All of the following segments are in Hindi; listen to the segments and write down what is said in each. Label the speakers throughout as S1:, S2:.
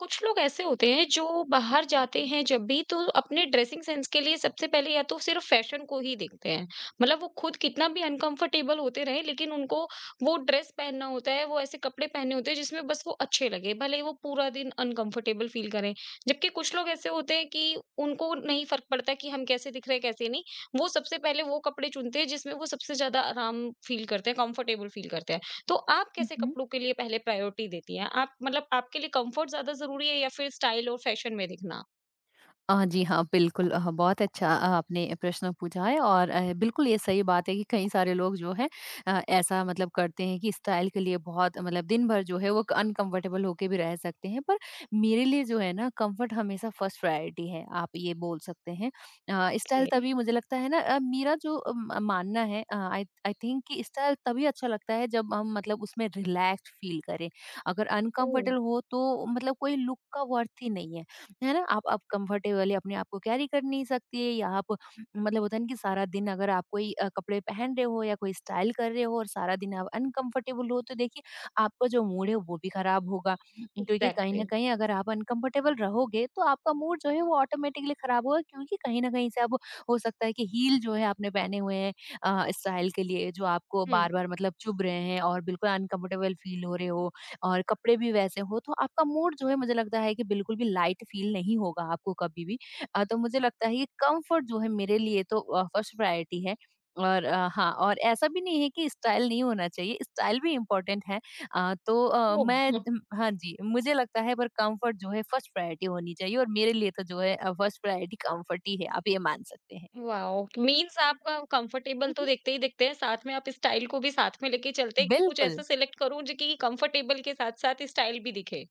S1: कुछ लोग ऐसे होते हैं जो बाहर जाते हैं जब भी तो अपने ड्रेसिंग सेंस के लिए सबसे पहले या तो सिर्फ फैशन को ही देखते हैं। मतलब वो खुद कितना भी अनकंफर्टेबल होते रहे लेकिन उनको वो ड्रेस पहनना होता है। वो ऐसे कपड़े पहने होते हैं जिसमें बस वो अच्छे लगे, भले वो पूरा दिन अनकंफर्टेबल फील करें। जबकि कुछ लोग ऐसे होते हैं कि उनको नहीं फर्क पड़ता कि हम कैसे दिख रहे हैं कैसे नहीं। वो सबसे पहले वो कपड़े चुनते हैं जिसमें वो सबसे ज्यादा आराम फील करते हैं, कंफर्टेबल फील करते हैं। तो आप कैसे
S2: मम्म,
S1: कपड़ों के लिए पहले प्रायोरिटी देती हैं? आप मतलब आपके लिए कंफर्ट ज़्यादा ज़रूरी है या फिर स्टाइल और फैशन में दिखना?
S2: जी हाँ, बिल्कुल। बहुत अच्छा आपने प्रश्न पूछा है। और बिल्कुल ये सही बात है कि कई सारे लोग जो है ऐसा मतलब करते हैं कि स्टाइल के लिए बहुत मतलब दिन भर जो है वो अनकंफर्टेबल होके भी रह सकते हैं। पर मेरे लिए जो है ना, कंफर्ट हमेशा फर्स्ट प्रायोरिटी है, आप ये बोल सकते हैं।
S1: ओके।
S2: स्टाइल
S1: ये
S2: तभी मुझे लगता है ना, मेरा जो मानना है, आई आई थिंक, कि स्टाइल तभी अच्छा लगता है जब हम मतलब उसमें रिलैक्स फील करें। अगर
S1: ओह!
S2: अनकंफर्टेबल हो तो मतलब कोई लुक का वर्थ ही नहीं है, है ना? आप कंफर्टेबली अपने आप को कैरी कर नहीं सकती है, या आप मतलब होता है ना कि सारा दिन अगर आप कोई कपड़े पहन रहे हो या कोई स्टाइल कर रहे हो और सारा दिन आप अनकंफर्टेबल हो, तो देखिए आपका जो मूड है वो भी खराब होगा। क्योंकि कहीं न
S1: एग्ज़ैक्टली।
S2: कहीं अगर आप अनकंफर्टेबल रहोगे तो आपका मूड जो है वो ऑटोमेटिकली खराब होगा, क्योंकि कहीं न कहीं से अब हो सकता है कि हील जो है आपने पहने हुए हैं स्टाइल के लिए, जो आपको
S1: हुँ।
S2: बार-बार मतलब चुभ रहे हैं और बिल्कुल अनकंफर्टेबल फील हो रहे हो। और कपड़े भी वैसे हो तो आपका मूड जो है, मुझे लगता है कि बिल्कुल भी लाइट फील नहीं होगा आपको कभी भी। तो मुझे लगता है ये कम्फर्ट जो है मेरे लिए तो फर्स्ट प्रायोरिटी है। और हाँ, और ऐसा भी नहीं है कि स्टाइल नहीं होना चाहिए, स्टाइल भी इम्पोर्टेंट है। तो
S1: ओह!
S2: मैं हाँ जी, मुझे लगता है, पर कम्फर्ट जो है फर्स्ट प्रायोरिटी होनी चाहिए, और मेरे लिए तो जो है फर्स्ट प्रायोरिटी कम्फर्ट ही है, आप ये मान सकते हैं।
S1: वाओ! मीन्स आपका कंफर्टेबल
S2: हुँ,
S1: तो
S2: हुँ।
S1: देखते ही देखते हैं, साथ में आप स्टाइल को भी साथ में लेके चलते हैं कि कुछ
S2: बिल्कुल,
S1: ऐसा सिलेक्ट करूँ जो कि कंफर्टेबल के साथ-साथ स्टाइल भी दिखे।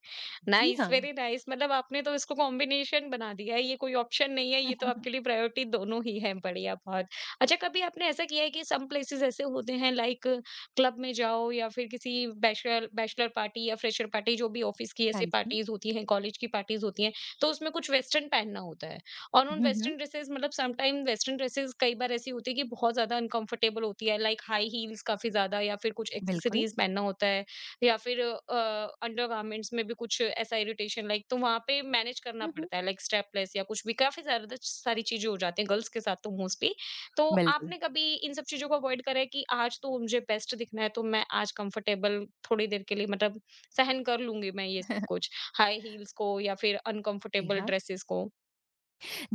S2: जी
S1: नाइस,
S2: हाँ।
S1: Very nice. मतलब आपने तो इसको कॉम्बिनेशन बना दिया है, ये कोई ऑप्शन नहीं है, ये तो आपके लिए प्रायोरिटी दोनों ही है, बढ़िया बहुत। अच्छा, कभी आपने ऐसा किया है कि सम प्लेसेस ऐसे होते हैं, लाइक क्लब में जाओ या फिर किसी बैचलर बैचलर पार्टी या फ्रेशर पार्टी, जो भी ऑफिस की
S2: हाँ
S1: ऐसे
S2: जी।
S1: पार्टीज़ होती हैं, कॉलेज की पार्टीज़ होती हैं, तो उसमें कुछ वेस्टर्न पहनना होता है। और उन
S2: हुँ, हुँ,
S1: वेस्टर्न ड्रेसेस, मतलब समटाइम वेस्टर्न ड्रेसेस कई बार ऐसी होती है कि बहुत ज़्यादा अनकंफर्टेबल होती है, लाइक हाई हील्स काफ़ी ज़्यादा, या फिर कुछ
S2: बिल्कुल।
S1: एक्सेसरीज पहनना होता है, या फिर अंडरगारमेंट्स में भी कुछ ऐसा इरिटेशन, लाइक तो वहाँ पे मैनेज करना
S2: हुँ, हुँ,
S1: पड़ता है लाइक स्टेपलेस या कुछ भी, काफ़ी ज़्यादा सारी चीज़ें हो जाती हैं गर्ल्स के साथ तो मोस्टली। तो
S2: बिल्कुल।
S1: आपने कभी इन सब चीज़ों को अवॉइड करा है कि आज तो मुझे बेस्ट दिखना है तो मैं आज कंफर्टेबल, थोड़ी देर के लिए मतलब सहन कर लूंगी मैं ये सब कुछ, हाई हील्स को या फिर
S2: जी
S1: अनकंफर्टेबल
S2: हाँ।
S1: ड्रेसेस को?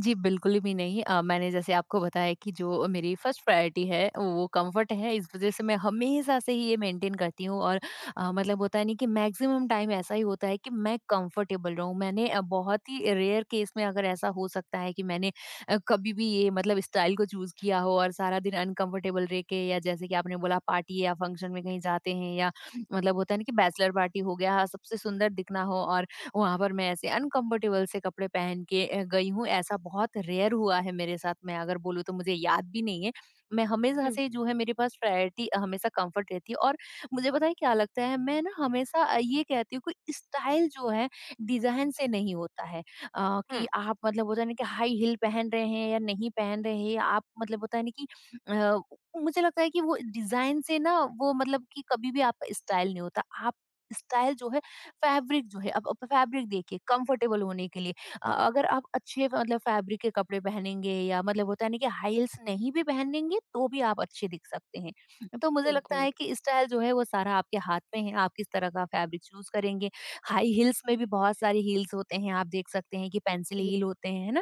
S2: जी, बिल्कुल भी नहीं। मैंने जैसे आपको बताया, कि जो मेरी फर्स्ट प्रायोरिटी है वो कम्फ़र्ट है, इस वज़ह से मैं हमेशा से ही ये मेंटेन करती हूँ। और मतलब होता है नहीं कि मैक्सिमम टाइम ऐसा ही होता है कि मैं कंफर्टेबल रहूँ। मैंने बहुत ही रेयर केस में, अगर ऐसा हो सकता है कि मैंने कभी भी ये मतलब स्टाइल को चूज़ किया हो और सारा दिन अनकंफर्टेबल रह के, या जैसे कि आपने बोला पार्टी या फंक्शन में कहीं जाते हैं, या मतलब होता है ना कि बैचलर पार्टी हो गया, सबसे सुंदर दिखना हो और वहाँ पर मैं ऐसे अनकम्फर्टेबल से कपड़े पहन के गई हूँ, ऐसा बहुत रेयर हुआ है मेरे साथ। मैं अगर बोलूँ तो मुझे याद भी नहीं है। मैं हमेशा
S1: हम्म।
S2: से जो है, मेरे पास प्रायोरिटी हमेशा कम्फर्ट रहती है। और मुझे पता है क्या लगता है, मैं ना हमेशा ये कहती हूँ कि स्टाइल जो है डिज़ाइन से नहीं होता है। कि
S1: हम्म।
S2: आप मतलब होता है ना कि हाई हील पहन रहे हैं या नहीं पहन रहे हैं, या आप मतलब होता है ना कि अ, मुझे लगता है कि वो डिज़ाइन से ना, वो मतलब कि कभी भी आपका स्टाइल नहीं होता। आप, स्टाइल जो है, फैब्रिक जो है, अब फैब्रिक देखिए, कंफर्टेबल होने के लिए अगर आप अच्छे मतलब फैब्रिक के कपड़े पहनेंगे, या मतलब होता है ना कि हाई हील्स नहीं भी पहनेंगे, तो भी आप अच्छे दिख सकते हैं। तो मुझे लगता
S1: बिल्कुल,
S2: है कि स्टाइल जो है वो सारा आपके हाथ में है, आप किस तरह का फैब्रिक चूज करेंगे। हाई हील्स में भी बहुत सारे हील्स होते हैं, आप देख सकते हैं कि पेंसिल
S1: ये
S2: हील होते हैं, है ना?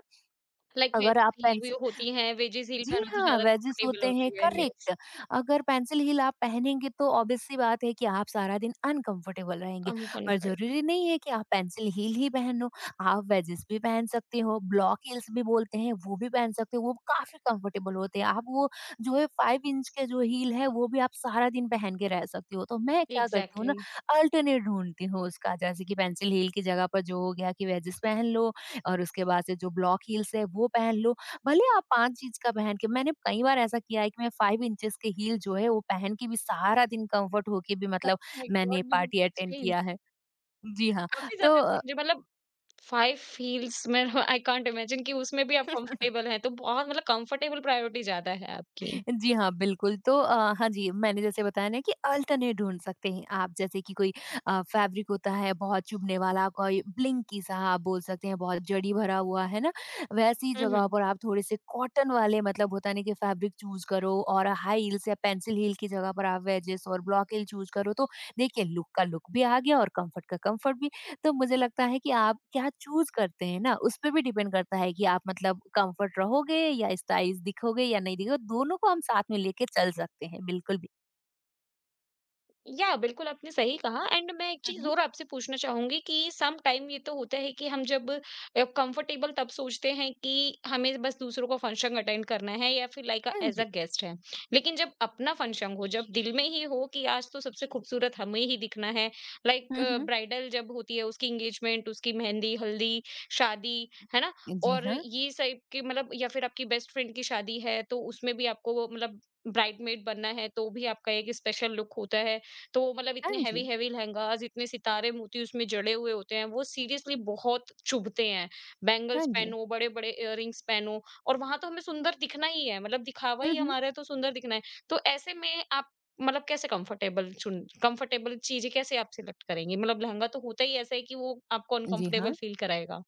S1: लाइक वेज
S2: अगर आप
S1: हील भी
S2: पेंसिल
S1: होती हैं, वेजेस हील
S2: जी
S1: पहनो तो
S2: हाँ,
S1: ज़्यादा
S2: वेजेस
S1: कंफर्टेबल
S2: होते हैं,
S1: होती है, यस।
S2: करेक्ट। अगर पेंसिल हील आप पहनेंगे तो ऑब्वियस सी बात है कि आप सारा दिन अनकंफर्टेबल रहेंगे।
S1: कम
S2: पर
S1: कंफर्ट।
S2: ज़रूरी नहीं है कि आप पेंसिल हील ही पहनो, आप वेजेस भी पहन सकते हो, ब्लॉक हील्स भी बोलते हैं, वो भी पहन सकते हो, वो काफ़ी कंफर्टेबल होते हैं। आप वो जो है 5 इंच के जो हील है, वो भी आप सारा दिन पहन के रह सकते हो। तो मैं क्या करती हूँ
S1: एग्ज़ैक्टली।
S2: ना, अल्टरनेट ढूँढती हूँ उसका, जैसे कि पेंसिल हील की जगह पर जो हो गया कि वेजेस पहन लो, और उसके बाद से जो ब्लॉक हील्स है, वो पहन लो। भले आप 5 इंच का पहन के, मैंने कई बार ऐसा किया है कि मैं 5 इंचेस के हील जो है वो पहन के भी सारा दिन कम्फर्ट होके भी
S1: ओह
S2: मतलब,
S1: माय
S2: मैंने
S1: गॉड, मतलब
S2: पार्टी अटेंड
S1: स्ट्रेंज,
S2: किया है। जी हाँ,
S1: काफ़ी ज़्यादा
S2: तो
S1: स्ट्रेंज है मतलब 5 हील्स में आई कांट इमेजिन कि उसमें भी आप कंफर्टेबल हैं, तो बहुत मतलब कंफर्टेबल प्रायोरिटी ज़्यादा है आपकी।
S2: जी हाँ, बिल्कुल। तो हाँ जी, मैंने जैसे बताया ना कि अल्टरनेट ढूँढ सकते हैं आप, जैसे कि कोई फैब्रिक होता है बहुत चुभने वाला, कोई ब्लिंकी सा आप बोल सकते हैं, बहुत जड़ी भरा हुआ, है ना? वैसी
S1: हुँ,
S2: जगह
S1: हुँ।
S2: पर आप थोड़े से कॉटन वाले मतलब होता है ना कि फैब्रिक चूज़ करो, और हाई हील्स या पेंसिल हील की जगह पर आप वेजेस और ब्लॉक हील चूज़ करो, तो देखिए, लुक का लुक भी आ गया और कम्फर्ट का कम्फर्ट भी। तो मुझे लगता है कि आप क्या चूज़ करते हैं ना, उसपे भी डिपेंड करता है कि आप मतलब कम्फर्ट रहोगे या स्टाइलिश दिखोगे या नहीं दिखोगे। दोनों को हम साथ में लेके चल सकते हैं, बिल्कुल भी।
S1: या बिल्कुल आपने सही कहा। एंड मैं एक
S2: हुँ,
S1: चीज
S2: हुँ।
S1: और आपसे पूछना चाहूंगी कि सम टाइम ये तो होता है कि हम जब कंफर्टेबल तब सोचते हैं कि हमें बस दूसरों का फंक्शन अटेंड करना है या फिर लाइक
S2: हाँ
S1: एज अ
S2: जी।
S1: गेस्ट है, लेकिन जब अपना फंक्शन हो, जब दिल में ही हो कि आज तो सबसे खूबसूरत हमें ही दिखना है, लाइक
S2: हुँ, हुँ।
S1: ब्राइडल जब होती है, उसकी एंगेजमेंट, उसकी मेहंदी, हल्दी, शादी, है ना?
S2: जी
S1: और
S2: हाँ।
S1: ये सब के मतलब, या फिर आपकी बेस्ट फ्रेंड की शादी है तो उसमें भी आपको मतलब ब्राइडमेड बनना है तो भी आपका एक स्पेशल लुक होता है। तो मतलब
S2: हाँ
S1: इतने
S2: जी।
S1: हैवी हैवी लहंगास, इतने सितारे मोती उसमें जड़े हुए होते हैं, वो सीरियसली बहुत चुभते हैं।
S2: हाँ
S1: बैंगल्स
S2: जी।
S1: पहनो, बड़े-बड़े इयररिंग्स पहनो, और वहाँ तो हमें सुंदर दिखना ही है, मतलब दिखावा
S2: हुँ,
S1: ही
S2: हुँ।
S1: हमारा है तो सुंदर दिखना है। तो ऐसे में आप मतलब कैसे कंफर्टेबल चीज़ें कैसे आप सिलेक्ट करेंगे? मतलब लहंगा तो होता ही ऐसा है कि वो आपको
S2: जी
S1: अनकंफर्टेबल
S2: हाँ।
S1: फ़ील कराएगा।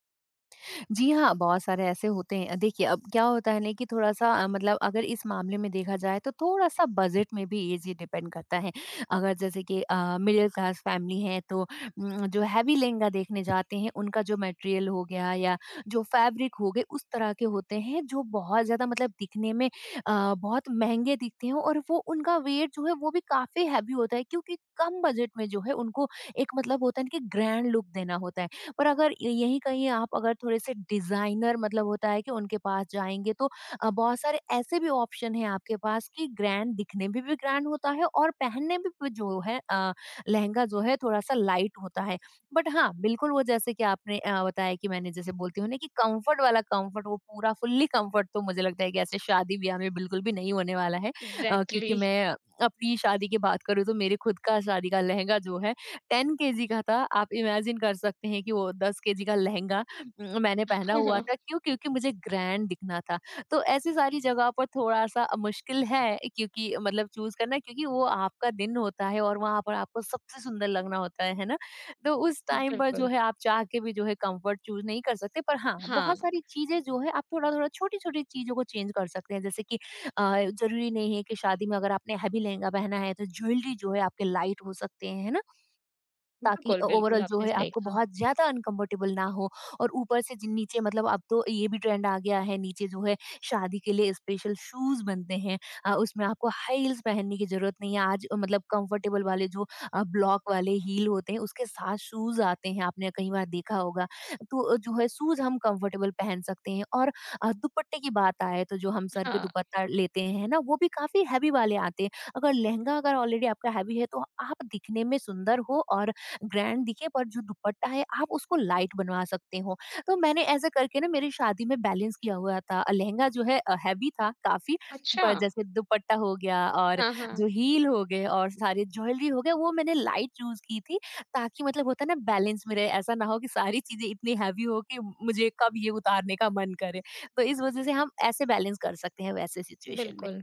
S2: जी हाँ, बहुत सारे ऐसे होते हैं। देखिए, अब क्या होता है ना कि थोड़ा-सा मतलब, अगर इस मामले में देखा जाए, तो थोड़ा-सा बजट में भी ये चीज़ डिपेंड करता है। अगर जैसे कि मिडल क्लास फैमिली है, तो जो हैवी लहंगा देखने जाते हैं उनका जो मटेरियल हो गया या जो फैब्रिक हो गए, उस तरह के होते हैं जो बहुत ज़्यादा मतलब दिखने में बहुत महँगे दिखते हैं, और वो उनका वेट जो है वो भी काफ़ी हैवी होता है, क्योंकि कम बजट में जो है उनको एक मतलब होता है ना कि ग्रैंड लुक देना होता है। पर अगर य यहीं कहीं आप, अगर थोड़े-से डिज़ाइनर मतलब होता है कि उनके पास जाएँगे, तो बहुत सारे ऐसे भी ऑप्शन हैं आपके पास कि ग्रैंड दिखने में भी ग्रैंड होता है और पहनने में भी जो है लहंगा जो है थोड़ा-सा लाइट होता है। बट हाँ, बिल्कुल वो जैसे कि आपने बताया कि मैंने जैसे बोलती हूँ ना कि कम्फ़र्ट वाला कम्फ़र्ट, वो पूरा फुल्ली कम्फ़र्ट, तो मुझे लगता है कि ऐसे शादी-ब्याह में बिल्कुल भी नहीं होने वाला है।
S1: एग्ज़ैक्टली।
S2: क्योंकि मैं, अपनी शादी की बात करूँ तो, मेरे खुद का शादी का लहंगा जो है 10 केजी का था। आप इमेजिन कर सकते हैं कि वो 10 केजी का लहंगा मैंने पहना हुआ था। क्यों? क्योंकि मुझे ग्रैंड दिखना था। तो ऐसी सारी जगह पर थोड़ा-सा मुश्किल है, क्योंकि मतलब चूज़ करना, क्योंकि वो आपका दिन होता है और वहाँ पर आपको सबसे सुंदर लगना होता है ना? तो उस टाइम पर जो
S1: बिल्कुल।
S2: है आप चाह के भी जो है कम्फर्ट चूज़ नहीं कर सकते। पर हाँ,
S1: हाँ,
S2: बहुत सारी चीज़ें जो है आप थोड़ा-थोड़ा छोटी-छोटी चीज़ों को चेंज कर सकते हैं। जैसे कि, अ, ज़रूरी नहीं है कि शादी में अगर आपने हैवी लहंगा पहना है तो ज्वेलरी जो है आपके लाइट हो सकते हैं, है ना? ताकि
S1: बिल्कुल, बिल्कुल
S2: ओवरऑल जो
S1: आपने
S2: है
S1: सही
S2: आपको
S1: कहा।
S2: बहुत ज़्यादा अनकम्फर्टेबल ना हो। और ऊपर से जिन नीचे मतलब, अब तो ये भी ट्रेंड आ गया है, नीचे जो है शादी के लिए स्पेशल शूज़ बनते हैं। उसमें आपको हाई हील्स पहनने की ज़रूरत नहीं है आज, मतलब कंफर्टेबल वाले जो ब्लॉक वाले हील होते हैं उसके साथ शूज़ आते हैं, आपने कई बार देखा होगा। तो जो है शूज़ हम कंफर्टेबल पहन सकते हैं। और दुपट्टे की बात आए, तो जो हम सर पे
S1: हाँ,
S2: दुपट्टा लेते हैं, है ना, वो भी काफ़ी हैवी वाले आते हैं। अगर लहंगा, अगर ऑलरेडी आपका हैवी है, तो आप दिखने में सुंदर हो और ग्रैंड दिखे, पर जो दुपट्टा है आप उसको लाइट बनवा सकते हो। तो मैंने ऐसे करके ना मेरी शादी में बैलेंस किया हुआ था। लहंगा जो है हेवी था काफ़ी,
S1: अच्छा।
S2: पर जैसे दुपट्टा हो गया और
S1: हाँ, हाँ,
S2: जो हील हो गए और सारी ज्वेलरी हो गए, वो मैंने लाइट चूज़ की थी, ताकि मतलब होता है ना बैलेंस में रहे। ऐसा ना हो कि सारी चीज़ें इतनी हेवी हो कि मुझे कब ये उतारने का मन करे। तो इस वज़ह से हम ऐसे बैलेंस कर सकते हैं वैसे सिचुएशन में।
S1: बिल्कुल।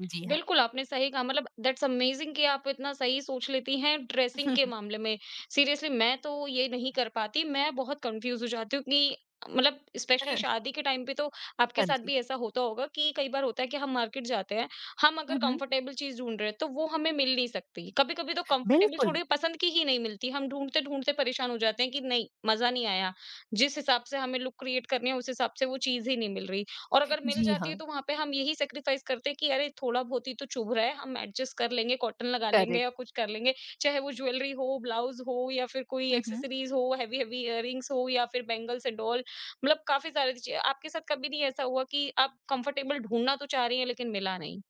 S2: जी हाँ।
S1: बिल्कुल, आपने सही कहा मतलब दैट्स अमेजिंग कि आप इतना सही सोच लेती हैं ड्रेसिंग के मामले में। सीरियसली मैं तो ये नहीं कर पाती, मैं बहुत कन्फ्यूज़ हो जाती हूँ कि मतलब स्पेशली शादी के टाइम पे तो आपके
S2: हाँ
S1: साथ
S2: जी।
S1: भी ऐसा होता होगा कि कई बार होता है कि हम मार्केट जाते हैं, हम अगर
S2: हुँ, हुँ।
S1: कंफर्टेबल चीज़ ढूँढ रहे हैं, तो वो हमें मिल नहीं सकती। कभी-कभी तो कंफर्टेबल
S2: बिल्कुल।
S1: छोड़िए, पसंद की ही नहीं मिलती, हम ढूँढते-ढूँढते परेशान हो जाते हैं कि नहीं, मज़ा नहीं आया। जिस हिसाब से हमें लुक क्रिएट करनी है, उस हिसाब से वो चीज़ ही नहीं मिल रही। और अगर मिल
S2: जी
S1: जाती है
S2: हाँ,
S1: तो वहाँ पे हम यही सैक्रिफाइस करते हैं कि अरे थोड़ा बहुत ही तो चुभ रहा है, हम एडजस्ट कर लेंगे, कॉटन लगा लेंगे
S2: करेक्ट।
S1: या कुछ कर लेंगे। चाहे वो ज्वेलरी हो, ब्लाउज़ हो या फिर कोई
S2: हुँ, हुँ।
S1: एक्सेसरीज़ हो, हेवी-हेवी इयररिंग्स हो या फिर बैंगल्स एंड ऑल, मतलब काफ़ी सारी चीज़ें। आपके साथ कभी नहीं ऐसा हुआ कि आप कंफर्टेबल ढूँढना तो चाह रही हैं लेकिन मिला नहीं?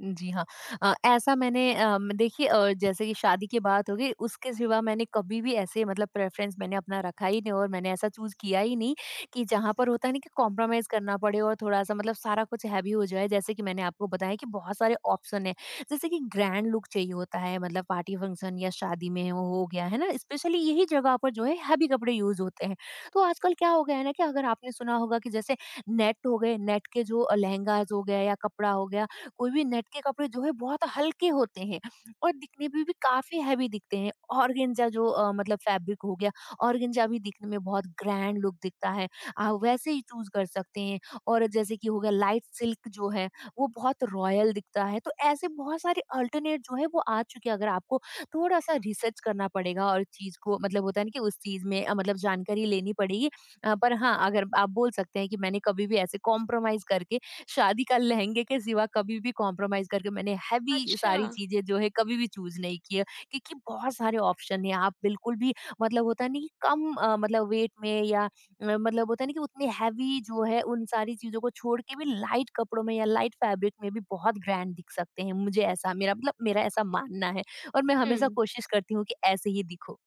S2: जी हाँ। ऐसा मैंने देखिए, जैसे कि शादी की बात हो गई, उसके सिवा मैंने कभी भी ऐसे मतलब प्रेफ़रेंस मैंने अपना रखा ही नहीं, और मैंने ऐसा चूज़ किया ही नहीं कि जहाँ पर होता है ना कि कॉम्प्रोमाइज़ करना पड़े और थोड़ा-सा मतलब सारा कुछ हैवी हो जाए। जैसे कि मैंने आपको बताया कि बहुत सारे ऑप्शन हैं, जैसे कि ग्रैंड लुक चाहिए होता है मतलब पार्टी फंक्शन या शादी में वो हो गया, है ना? स्पेशली यही जगह पर जो है हैवी कपड़े यूज़ होते हैं। तो आजकल क्या हो गया है ना कि अगर आपने सुना होगा कि जैसे नेट हो गए, नेट के जो लहंगाज़ हो गया या कपड़ा हो गया, कोई भी नेट के कपड़े जो है बहुत हल्के होते हैं और दिखने में भी काफ़ी हैवी दिखते हैं। ऑर्गेन्जा जो मतलब फैब्रिक हो गया, ऑर्गेन्जा भी दिखने में बहुत ग्रैंड लुक दिखता है। आप वैसे ही चूज़ कर सकते हैं और जैसे कि हो गया लाइट सिल्क जो है, वो बहुत रॉयल दिखता है। तो ऐसे बहुत सारे अल्टरनेट जो है वो आ चुके हैं, अगर आपको थोड़ा-सा रिसर्च करना पड़ेगा और चीज़ को मतलब होता है ना कि उस चीज़ में मतलब जानकारी लेनी पड़ेगी। पर हाँ, अगर आप बोल सकते हैं कि मैंने कभी भी ऐसे कॉम्प्रोमाइज़ करके शादी का लहंगे के सिवा कभी भी कॉम्प्रोमाइज करके मैंने हैवी
S1: अच्छा।
S2: सारी चीजें जो है कभी भी चूज नहीं किया, क्योंकि बहुत सारे ऑप्शन है। आप बिल्कुल भी मतलब होता नहीं कि कम मतलब वेट में या मतलब होता नहीं कि उतनी हैवी जो है उन सारी चीजों को छोड़ के भी लाइट कपड़ों में या लाइट फैब्रिक में भी बहुत ग्रैंड दिख सकते हैं। मुझे ऐसा मेरा मतलब मेरा ऐसा मानना है और मैं हमेशा
S1: हुँ।
S2: कोशिश करती हूँ कि ऐसे ही दिखो।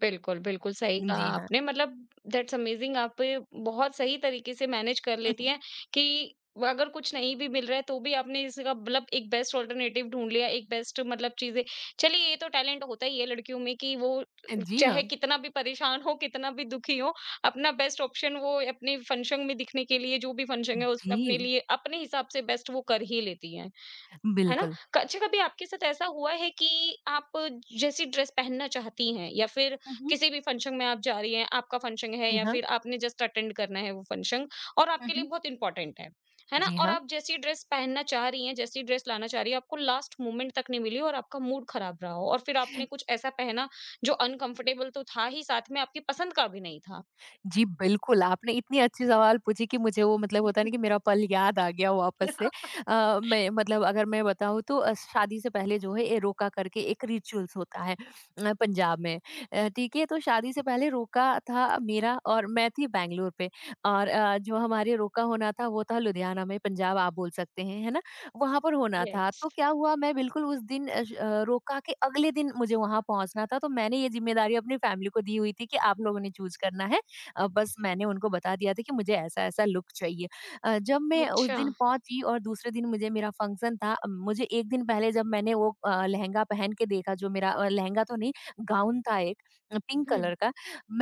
S1: बिल्कुल, बिल्कुल सही कहा
S2: जी हाँ।
S1: आपने। मतलब दैट्स अमेजिंग, आप बहुत सही तरीके से मैनेज कर लेती हैं कि वो अगर कुछ नहीं भी मिल रहा है तो भी आपने इसका मतलब एक बेस्ट अल्टरनेटिव ढूँढ लिया, एक बेस्ट मतलब चीज़ें। चलिए, ये तो टैलेंट होता ही है लड़कियों में कि वो
S2: जी हाँ।
S1: चाहे कितना भी परेशान हो, कितना भी दुखी हो, अपना बेस्ट ऑप्शन वो अपने फंक्शन में दिखने के लिए, जो भी फंक्शन है उसमें अपने
S2: जी।
S1: लिए अपने हिसाब से बेस्ट वो कर ही लेती हैं। है ना?
S2: बिल्कुल।
S1: कच्छ कभी आपके साथ ऐसा हुआ है कि आप जैसी ड्रेस पहनना चाहती हैं, या फिर
S2: हम्म,
S1: किसी भी फंक्शन में आप जा रही हैं, आपका फंक्शन है
S2: जी
S1: या
S2: हाँ।
S1: फिर आपने जस्ट अटेंड करना है वो फंक्शन और आपके लिए
S2: हम्म,
S1: बहुत इंपॉर्टेंट है ना?
S2: जी
S1: और
S2: हाँ
S1: आप जैसी ड्रेस पहनना चाह रही हैं, जैसी ड्रेस लाना चाह रही हैं, आपको लास्ट मोमेंट तक नहीं मिली और आपका मूड खराब रहा हो और फिर आपने कुछ ऐसा पहना जो अनकंफर्टेबल तो था ही, साथ में आपकी पसंद का भी नहीं था।
S2: जी, बिल्कुल, आपने इतनी अच्छी सवाल पूछी कि मुझे वो मतलब होता है ना कि मेरा पल याद आ गया वापस से। मैं मतलब अगर मैं बताऊँ तो शादी से पहले जो है ये रोका करके एक रिचुअल्स होता है पंजाब में। ठीक है, तो शादी से पहले रोका था मेरा और मैं थी बैंगलोर पे और जो हमारे रोका होना था वो था लुधियाना में, पंजाब आप बोल सकते हैं, है ना? वहाँ पर होना था।
S1: यस।
S2: तो क्या हुआ मैं बिल्कुल उस दिन रोका के अगले दिन मुझे वहाँ पहुँचना था, तो मैंने ये ज़िम्मेदारी अपनी फैमिली को दी हुई थी कि आप लोगों ने चूज़ करना है। बस मैंने उनको बता दिया था कि मुझे ऐसा-ऐसा लुक चाहिए। जब मैं उस
S1: अच्छा।
S2: दिन पहुँची और दूसरे दिन मुझे मेरा फंक्शन था, मुझे 1 दिन पहले जब मैंने वो लहंगा पहन के देखा जो मेरा लहंगा तो नहीं, गाउन था एक पिंक
S1: हुँ।
S2: कलर का।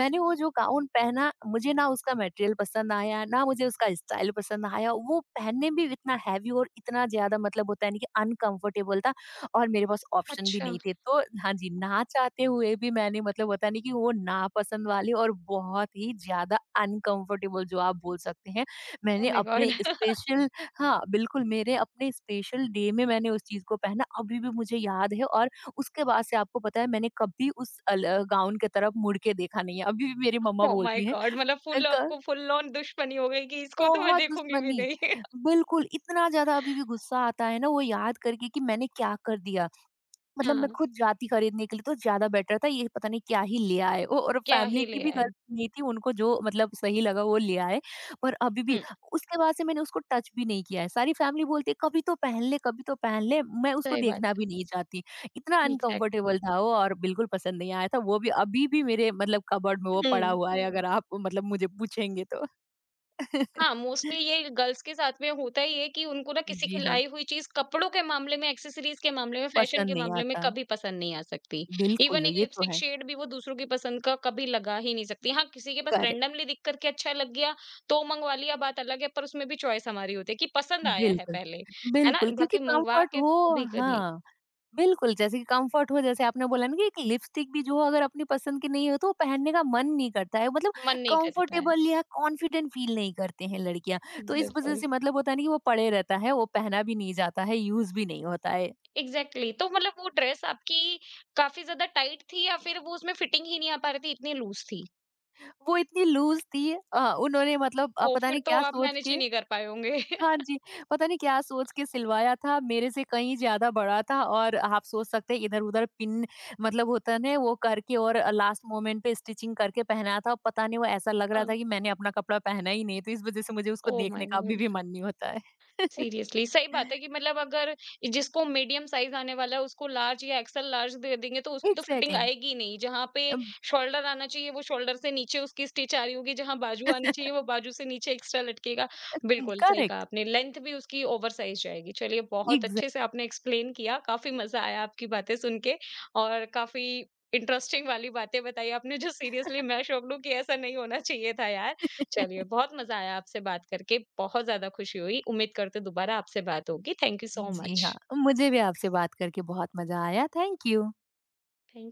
S2: मैंने वो जो गाउन पहना मुझे ना उसका मटेरियल पसंद आया, ना मुझे उसका स्टाइल पसंद आया। वो पहनने में भी इतना हेवी और इतना ज़्यादा मतलब होता है ना कि अनकंफर्टेबल था। और मेरे पास ऑप्शन भी
S1: अच्छा।
S2: नहीं थे। तो हाँ जी, ना चाहते हुए भी मैंने मतलब होता नहीं कि वो नापसंद वाले और बहुत ही ज़्यादा अनकम्फर्टेबल जो आप बोल सकते हैं,
S1: ओह
S2: मैंने
S1: माय गॉड!
S2: अपने स्पेशल हाँ, बिल्कुल मेरे अपने स्पेशल डे में मैंने उस चीज़ को पहना, अभी भी मुझे याद है। और उसके बाद से आपको पता है मैंने कभी उस गाउन की तरफ मुड़ के देखा नहीं है। अभी भी मेरी मम्मा
S1: ओह माय
S2: बोलती हैं।
S1: गॉड! मतलब
S2: अ,
S1: फुल,
S2: क
S1: आपको फुल ऑन दुश्मनी हो गई कि इसको तो मैं
S2: बहुत
S1: देखूँगी भी
S2: दुश्मनी।
S1: नहीं।
S2: बिल्कुल, इतना ज़्यादा अभी भी गुस्सा आता है ना वो याद करके कि मैंने क्या कर दिया। मतलब
S1: हाँ,
S2: मैं खुद जाती खरीदने के लिए तो ज़्यादा बेटर था, ये पता नहीं क्या ही ले आए वो और
S1: क्या
S2: फैमिली
S1: ही
S2: की
S1: ले
S2: भी
S1: आए।
S2: गलती नहीं थी, उनको जो मतलब सही लगा वो ले आए। पर अभी भी
S1: हुँ,
S2: उसके बाद से मैंने उसको टच भी नहीं किया है, सारी फैमिली बोलती है, "कभी तो पहन ले, कभी तो पहन ले।" मैं उसको
S1: सही बात।
S2: देखना भी नहीं चाहती, इतना
S1: एग्ज़ैक्ट।
S2: अनकम्फर्टेबल था वो और बिल्कुल पसंद नहीं आया था, वो भी अभी भी मेरे मतलब कबर्ड में वो पड़ा
S1: हुँ।
S2: हुआ है अगर आप मतलब मुझे पूछेंगे तो।
S1: हाँ, मोस्टली ये गर्ल्स के साथ में होता ही है कि उनको ना किसी
S2: जी
S1: की
S2: हाँ,
S1: लाई हुई चीज़ कपड़ों के मामले में, एक्सेसरीज़ के मामले में, फैशन
S2: पसंद
S1: के
S2: नहीं
S1: मामले में
S2: आता।
S1: कभी पसंद नहीं आ सकती। इवन
S2: बिल्कुल,
S1: एक
S2: ये तो
S1: लिपस्टिक
S2: है।
S1: शेड भी वो दूसरों की पसंद का कभी लगा ही नहीं सकती। हाँ, किसी के पास
S2: करेक्ट।
S1: रैंडमली दिख कर के अच्छा लग गया तो मँगवा लिया, बात अलग है, पर उसमें भी चॉइस हमारी होती है कि पसंद आया है
S2: बिल्कुल,
S1: पहले, है ना?
S2: बिल्कुल क्योंकि
S1: बाकी मँगवा
S2: कम्फर्ट
S1: के
S2: हो,
S1: तो कभी
S2: हाँ, बिल्कुल जैसे कि कम्फर्ट हो, जैसे आपने बोला ना कि एक लिपस्टिक भी जो अगर अपनी पसंद की नहीं हो तो वो पहनने का मन नहीं करता है मतलब
S1: मन नहीं करता है।
S2: कंफर्टेबल या कॉन्फिडेंट फील नहीं करते हैं लड़कियाँ। तो इस वज़ह
S1: बिल्कुल,
S2: से मतलब होता है ना कि वो पड़े रहता है, वो पहना भी नहीं जाता है, यूज़ भी नहीं होता है।
S1: एग्ज़ैक्टली। तो मतलब वो ड्रेस आपकी काफ़ी ज़्यादा टाइट थी या फिर वो उसमें फिटिंग ही नहीं आ पा रही थी, इतनी लूज़ थी?
S2: वो इतनी लूज़ थी, उन्होंने मतलब
S1: ओह!
S2: पता
S1: फिर
S2: नहीं
S1: तो
S2: क्या
S1: आप
S2: सोच
S1: मैनेज ही
S2: के,
S1: नहीं कर पाए होंगे।
S2: हाँ जी, पता नहीं क्या सोच के सिलवाया था, मेरे से कहीं ज़्यादा बड़ा था और आप सोच सकते हैं इधर-उधर पिन मतलब होता है ना वो करके और लास्ट मोमेंट पे स्टिचिंग करके पहना था, और पता नहीं वो ऐसा लग रहा
S1: हाँ,
S2: था कि मैंने अपना कपड़ा पहना ही नहीं है, तो इस वज़ह से मुझे उसको
S1: ओह माय
S2: देखने का अभी
S1: गॉड!
S2: भी मन नहीं होता है।
S1: सीरियसली सही बात है कि मतलब अगर जिसको मीडियम साइज आने वाला है उसको लार्ज या एक्सेल लार्ज दे देंगे तो उसकी तो फिटिंग
S2: एग्ज़ैक्टली।
S1: आएगी ही नहीं। जहां पे
S2: अम,
S1: शोल्डर आना चाहिए वो शोल्डर से नीचे उसकी स्टिच आ रही होगी, जहां बाजू आनी चाहिए वो बाजू से नीचे एक्स्ट्रा लटकेगा। बिल्कुल सही कहा
S2: करेक्ट।
S1: आपने, लेंथ भी उसकी ओवर साइज जाएगी। चलिए, बहुत
S2: एग्ज़ैक्ट।
S1: अच्छे से आपने एक्सप्लेन किया, काफी मजा आया आपकी बातें सुन के, और काफी इंटरेस्टिंग वाली बातें बताई आपने, जो सीरियसली मैं शौक लूं कि ऐसा नहीं होना चाहिए था यार। चलिए, बहुत मज़ा आया आपसे बात करके, बहुत ज़्यादा खुशी हुई। उम्मीद करते हैं दोबारा आपसे बात होगी। थैंक यू सो
S2: जी
S1: मच।
S2: हाँ, मुझे भी आपसे बात करके बहुत मज़ा आया, थैंक यू।
S1: थैंक